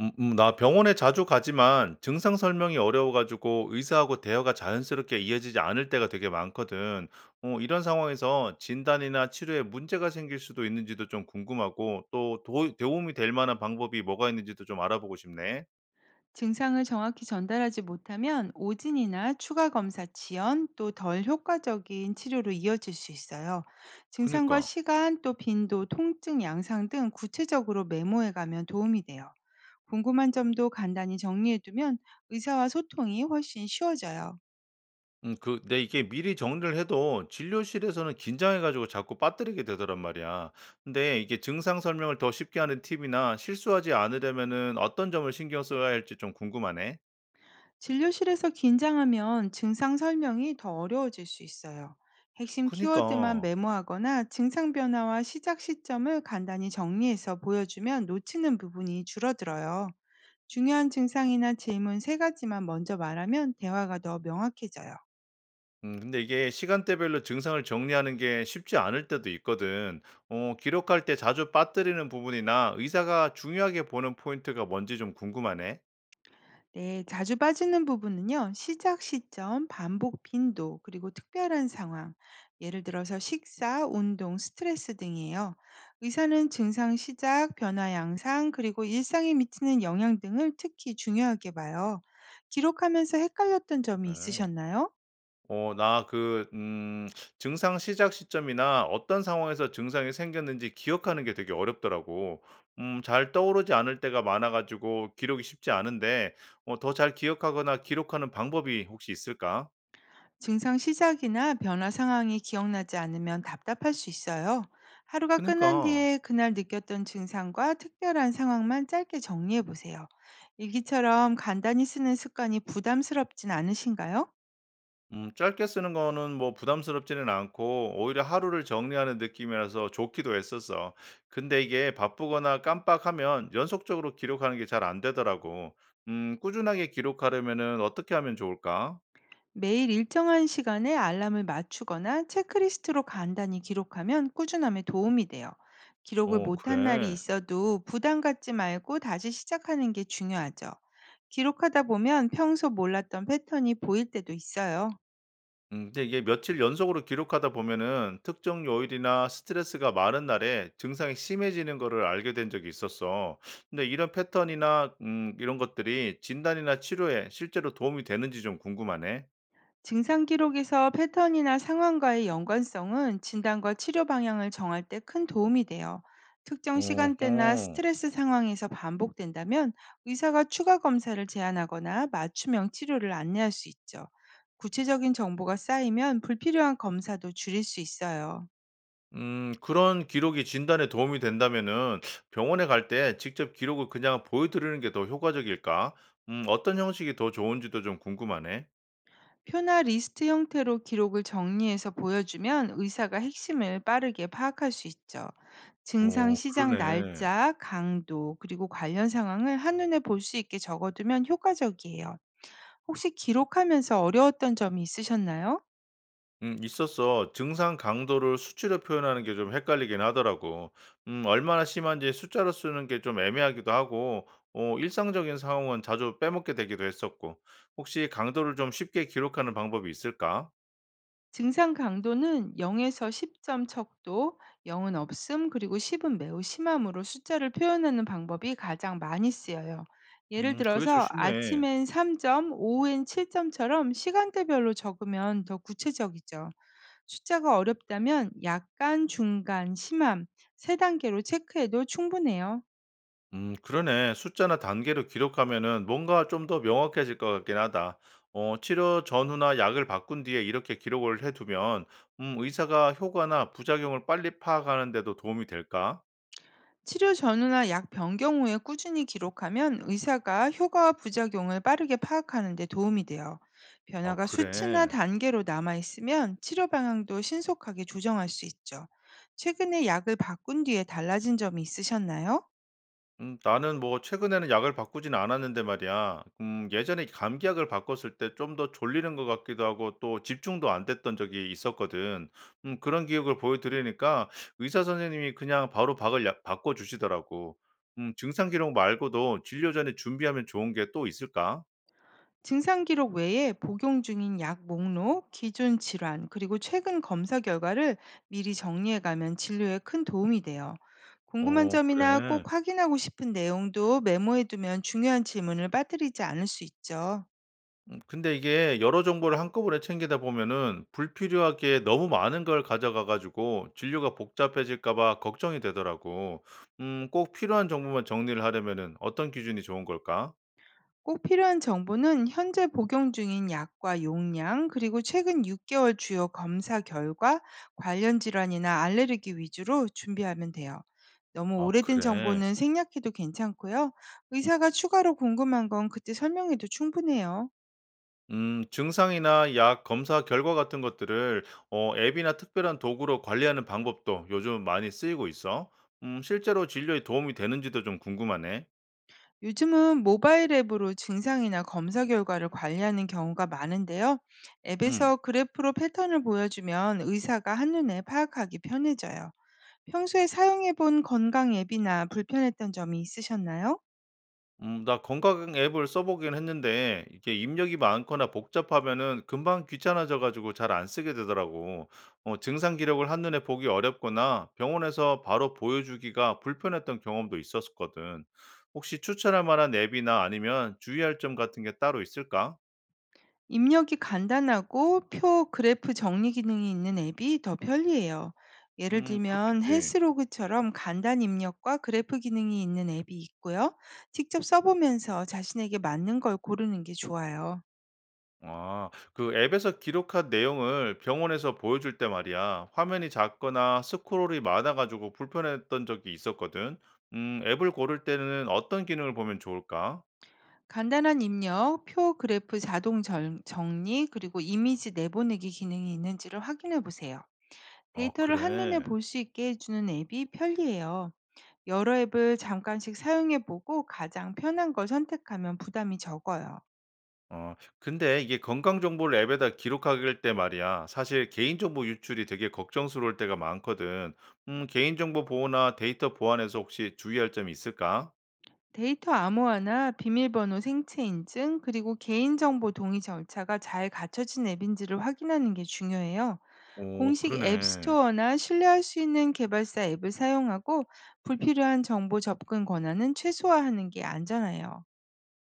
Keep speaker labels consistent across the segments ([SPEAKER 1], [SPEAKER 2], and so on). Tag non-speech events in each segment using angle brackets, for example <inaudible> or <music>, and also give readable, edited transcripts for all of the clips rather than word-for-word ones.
[SPEAKER 1] 나 병원에 자주 가지만 증상 설명이 어려워 가지고 의사하고 대화가 자연스럽게 이어지지 않을 때가 되게 많거든. 이런 상황에서 진단이나 치료에 문제가 생길 수도 있는지도 좀 궁금하고 또 도 도움이 될 만한 방법이 뭐가 있는지도 좀 알아보고 싶네.
[SPEAKER 2] 증상을 정확히 전달하지 못하면 오진이나 추가 검사 지연 또 덜 효과적인 치료로 이어질 수 있어요. 증상과
[SPEAKER 1] 그니까.
[SPEAKER 2] 시간 또 빈도, 통증 양상 등 구체적으로 메모해 가면 도움이 돼요. 궁금한 점도 간단히 정리해 두면 의사와 소통이 훨씬 쉬워져요.
[SPEAKER 1] 근데 이게 미리 정리를 해도 진료실에서는 긴장해 가지고 자꾸 빠뜨리게 되더란 말이야. 근데 이게 증상 설명을 더 쉽게 하는 팁이나 실수하지 않으려면은 어떤 점을 신경 써야 할지 좀 궁금하네.
[SPEAKER 2] 진료실에서 긴장하면 증상 설명이 더 어려워질 수 있어요. 핵심 키워드만
[SPEAKER 1] 그니까.
[SPEAKER 2] 메모하거나 증상 변화와 시작 시점을 간단히 정리해서 보여주면 놓치는 부분이 줄어들어요. 중요한 증상이나 질문 세 가지만 먼저 말하면 대화가 더 명확해져요.
[SPEAKER 1] 근데 이게 시간대별로 증상을 정리하는 게 쉽지 않을 때도 있거든. 기록할 때 자주 빠뜨리는 부분이나 의사가 중요하게 보는 포인트가 뭔지 좀 궁금하네.
[SPEAKER 2] 네, 자주 빠지는 부분은요, 시작 시점, 반복 빈도, 그리고 특별한 상황, 예를 들어서 식사, 운동, 스트레스 등이에요. 의사는 증상 시작, 변화 양상, 그리고 일상에 미치는 영향 등을 특히 중요하게 봐요. 기록하면서 헷갈렸던 점이
[SPEAKER 1] 그래.
[SPEAKER 2] 있으셨나요?
[SPEAKER 1] 어 나 그 증상 시작 시점이나 어떤 상황에서 증상이 생겼는지 기억하는 게 되게 어렵더라고. 잘 떠오르지 않을 때가 많아 가지고 기록이 쉽지 않은데 더 잘 기억하거나 기록하는 방법이 혹시 있을까?
[SPEAKER 2] 증상 시작이나 변화 상황이 기억나지 않으면 답답할 수 있어요. 하루가 끝난
[SPEAKER 1] 그니까.
[SPEAKER 2] 뒤에 그날 느꼈던 증상과 특별한 상황만 짧게 정리해 보세요. 일기처럼 간단히 쓰는 습관이 부담스럽진 않으신가요?
[SPEAKER 1] 짧게 쓰는 거는 뭐 부담스럽지는 않고 오히려 하루를 정리하는 느낌이라서 좋기도 했었어. 근데 이게 바쁘거나 깜빡하면 연속적으로 기록하는 게 잘 안 되더라고. 꾸준하게 기록하려면은 어떻게 하면 좋을까?
[SPEAKER 2] 매일 일정한 시간에 알람을 맞추거나 체크리스트로 간단히 기록하면 꾸준함에 도움이 돼요. 기록을
[SPEAKER 1] 어,
[SPEAKER 2] 못한 날이
[SPEAKER 1] 그래.
[SPEAKER 2] 있어도 부담 갖지 말고 다시 시작하는 게 중요하죠. 기록하다 보면 평소 몰랐던 패턴이 보일 때도 있어요.
[SPEAKER 1] 근데 이게 며칠 연속으로 기록하다 보면은 특정 요일이나 스트레스가 많은 날에 증상이 심해지는 거를 알게 된 적이 있었어. 근데 이런 패턴이나 이런 것들이 진단이나 치료에 실제로 도움이 되는지 좀 궁금하네.
[SPEAKER 2] 증상 기록에서 패턴이나 상황과의 연관성은 진단과 치료 방향을 정할 때 큰 도움이 돼요. 특정 시간대나
[SPEAKER 1] 어허.
[SPEAKER 2] 스트레스 상황에서 반복된다면 의사가 추가 검사를 제안하거나 맞춤형 치료를 안내할 수 있죠. 구체적인 정보가 쌓이면 불필요한 검사도 줄일 수 있어요.
[SPEAKER 1] 그런 기록이 진단에 도움이 된다면은 병원에 갈 때 직접 기록을 그냥 보여드리는 게 더 효과적일까? 어떤 형식이 더 좋은지도 좀 궁금하네.
[SPEAKER 2] 표나 리스트 형태로 기록을 정리해서 보여주면 의사가 핵심을 빠르게 파악할 수 있죠. 증상
[SPEAKER 1] 어
[SPEAKER 2] 시작
[SPEAKER 1] 그러네.
[SPEAKER 2] 날짜, 강도, 그리고 관련 상황을 한눈에 볼 수 있게 적어두면 효과적이에요. 혹시 기록하면서 어려웠던 점이 있으셨나요?
[SPEAKER 1] 있었어. 증상 강도를 수치로 표현하는 게 좀 헷갈리긴 하더라고. 얼마나 심한지 숫자로 쓰는 게 좀 애매하기도 하고 일상적인 상황은 자주 빼먹게 되기도 했었고. 혹시 강도를 좀 쉽게 기록하는 방법이 있을까?
[SPEAKER 2] 증상 강도는 0에서 10점 척도, 0은 없음, 그리고 10은 매우 심함으로 숫자를 표현하는 방법이 가장 많이 쓰여요. 예를
[SPEAKER 1] 그게 좀
[SPEAKER 2] 들어서
[SPEAKER 1] 쉽네.
[SPEAKER 2] 아침엔 3점, 오후엔 7점처럼 시간대별로 적으면 더 구체적이죠. 숫자가 어렵다면 약간, 중간, 심함 세 단계로 체크해도 충분해요.
[SPEAKER 1] 그러네. 숫자나 단계로 기록하면은 뭔가 좀 더 명확해질 것 같긴 하다. 어, 치료 전후나 약을 바꾼 뒤에 이렇게 기록을 해두면, 의사가 효과나 부작용을 빨리 파악하는 데도 도움이 될까?
[SPEAKER 2] 치료 전후나 약 변경 후에 꾸준히 기록하면 의사가 효과와 부작용을 빠르게 파악하는 데 도움이 돼요.
[SPEAKER 1] 어,
[SPEAKER 2] 변화가 수치나
[SPEAKER 1] 그래.
[SPEAKER 2] 단계로 남아 있으면 치료 방향도 신속하게 조정할 수 있죠. 최근에 약을 바꾼 뒤에 달라진 점이 있으셨나요?
[SPEAKER 1] 나는 뭐 최근에는 약을 바꾸진 않았는데 말이야. 예전에 감기약을 바꿨을 때 좀 더 졸리는 것 같기도 하고 또 집중도 안 됐던 적이 있었거든. 그런 기억을 보여 드리니까 의사 선생님이 그냥 바로 박을 약 바꿔 주시더라고. 증상 기록 말고도 진료 전에 준비하면 좋은 게 또 있을까?
[SPEAKER 2] 증상 기록 외에 복용 중인 약 목록, 기존 질환, 그리고 최근 검사 결과를 미리 정리해 가면 진료에 큰 도움이 돼요. 궁금한
[SPEAKER 1] 어
[SPEAKER 2] 점이나
[SPEAKER 1] 그래.
[SPEAKER 2] 꼭 확인하고 싶은 내용도 메모해 두면 중요한 질문을 빠뜨리지 않을 수 있죠.
[SPEAKER 1] 근데 이게 여러 정보를 한꺼번에 챙기다 보면은 불필요하게 너무 많은 걸 가져가 가지고 진료가 복잡해질까 봐 걱정이 되더라고. 꼭 필요한 정보만 정리를 하려면은 어떤 기준이 좋은 걸까?
[SPEAKER 2] 꼭 필요한 정보는 현재 복용 중인 약과 용량, 그리고 최근 6개월 주요 검사 결과, 관련 질환이나 알레르기 위주로 준비하면 돼요. 너무
[SPEAKER 1] 아,
[SPEAKER 2] 오래된
[SPEAKER 1] 그래.
[SPEAKER 2] 정보는 생략해도 괜찮고요. 의사가 추가로 궁금한 건 그때 설명해도 충분해요.
[SPEAKER 1] 증상이나 약 검사 결과 같은 것들을 앱이나 특별한 도구로 관리하는 방법도 요즘 많이 쓰이고 있어. 실제로 진료에 도움이 되는지도 좀 궁금하네.
[SPEAKER 2] 요즘은 모바일 앱으로 증상이나 검사 결과를 관리하는 경우가 많은데요.
[SPEAKER 1] 음.
[SPEAKER 2] 앱에서 그래프로 패턴을 보여주면 의사가 한눈에 파악하기 편해져요. 평소에 사용해 본 건강 앱이나 불편했던 점이 있으셨나요?
[SPEAKER 1] 나 건강 앱을 써보긴 했는데 이게 입력이 많거나 복잡하면은 금방 귀찮아져 가지고 잘 안 쓰게 되더라고. 어, 증상 기록을 한눈에 보기 어렵거나 병원에서 바로 보여주기가 불편했던 경험도 있었거든. 혹시 추천할 만한 앱이나 아니면 주의할 점 같은 게 따로 있을까?
[SPEAKER 2] 입력이 간단하고 표 그래프 정리 기능이 있는 앱이 더 편리해요. 예를 들면
[SPEAKER 1] 그렇겠지.
[SPEAKER 2] 헬스로그처럼 간단 입력과 그래프 기능이 있는 앱이 있고요. 직접 써보면서 자신에게 맞는 걸 고르는 게 좋아요.
[SPEAKER 1] 아, 그 앱에서 기록한 내용을 병원에서 보여줄 때 말이야. 화면이 작거나 스크롤이 많아가지고 불편했던 적이 있었거든. 앱을 고를 때는 어떤 기능을 보면 좋을까?
[SPEAKER 2] 간단한 입력, 표 그래프 자동 정리, 그리고 이미지 내보내기 기능이 있는지를 확인해 보세요.
[SPEAKER 1] 어,
[SPEAKER 2] 데이터를 한눈에
[SPEAKER 1] 그래.
[SPEAKER 2] 볼 수 있게 해주는 앱이 편리해요. 여러 앱을 잠깐씩 사용해 보고 가장 편한 걸 선택하면 부담이 적어요.
[SPEAKER 1] 어, 근데 이게 건강 정보를 앱에다 기록하길 때 말이야. 사실 개인정보 유출이 되게 걱정스러울 때가 많거든. 개인정보 보호나 데이터 보안에서 혹시 주의할 점이 있을까?
[SPEAKER 2] 데이터 암호화나 비밀번호 생체 인증, 그리고 개인정보 동의 절차가 잘 갖춰진 앱인지를 확인하는 게 중요해요.
[SPEAKER 1] 오,
[SPEAKER 2] 공식 앱
[SPEAKER 1] 그러네.
[SPEAKER 2] 스토어나 신뢰할 수 있는 개발사 앱을 사용하고 불필요한 정보 접근 권한은 최소화하는 게 안전해요.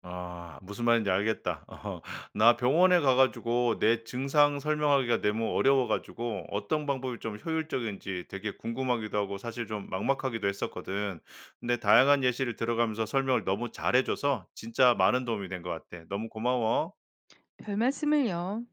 [SPEAKER 1] 아 무슨 말인지 알겠다. <laughs> 나 병원에 가 가지고 내 증상 설명하기가 너무 어려워 가지고 어떤 방법이 좀 효율적인지 되게 궁금하기도 하고 사실 좀 막막하기도 했었거든. 근데 다양한 예시를 들어가면서 설명을 너무 잘해 줘서 진짜 많은 도움이 된 것 같아. 너무 고마워.
[SPEAKER 2] 별 말씀을요.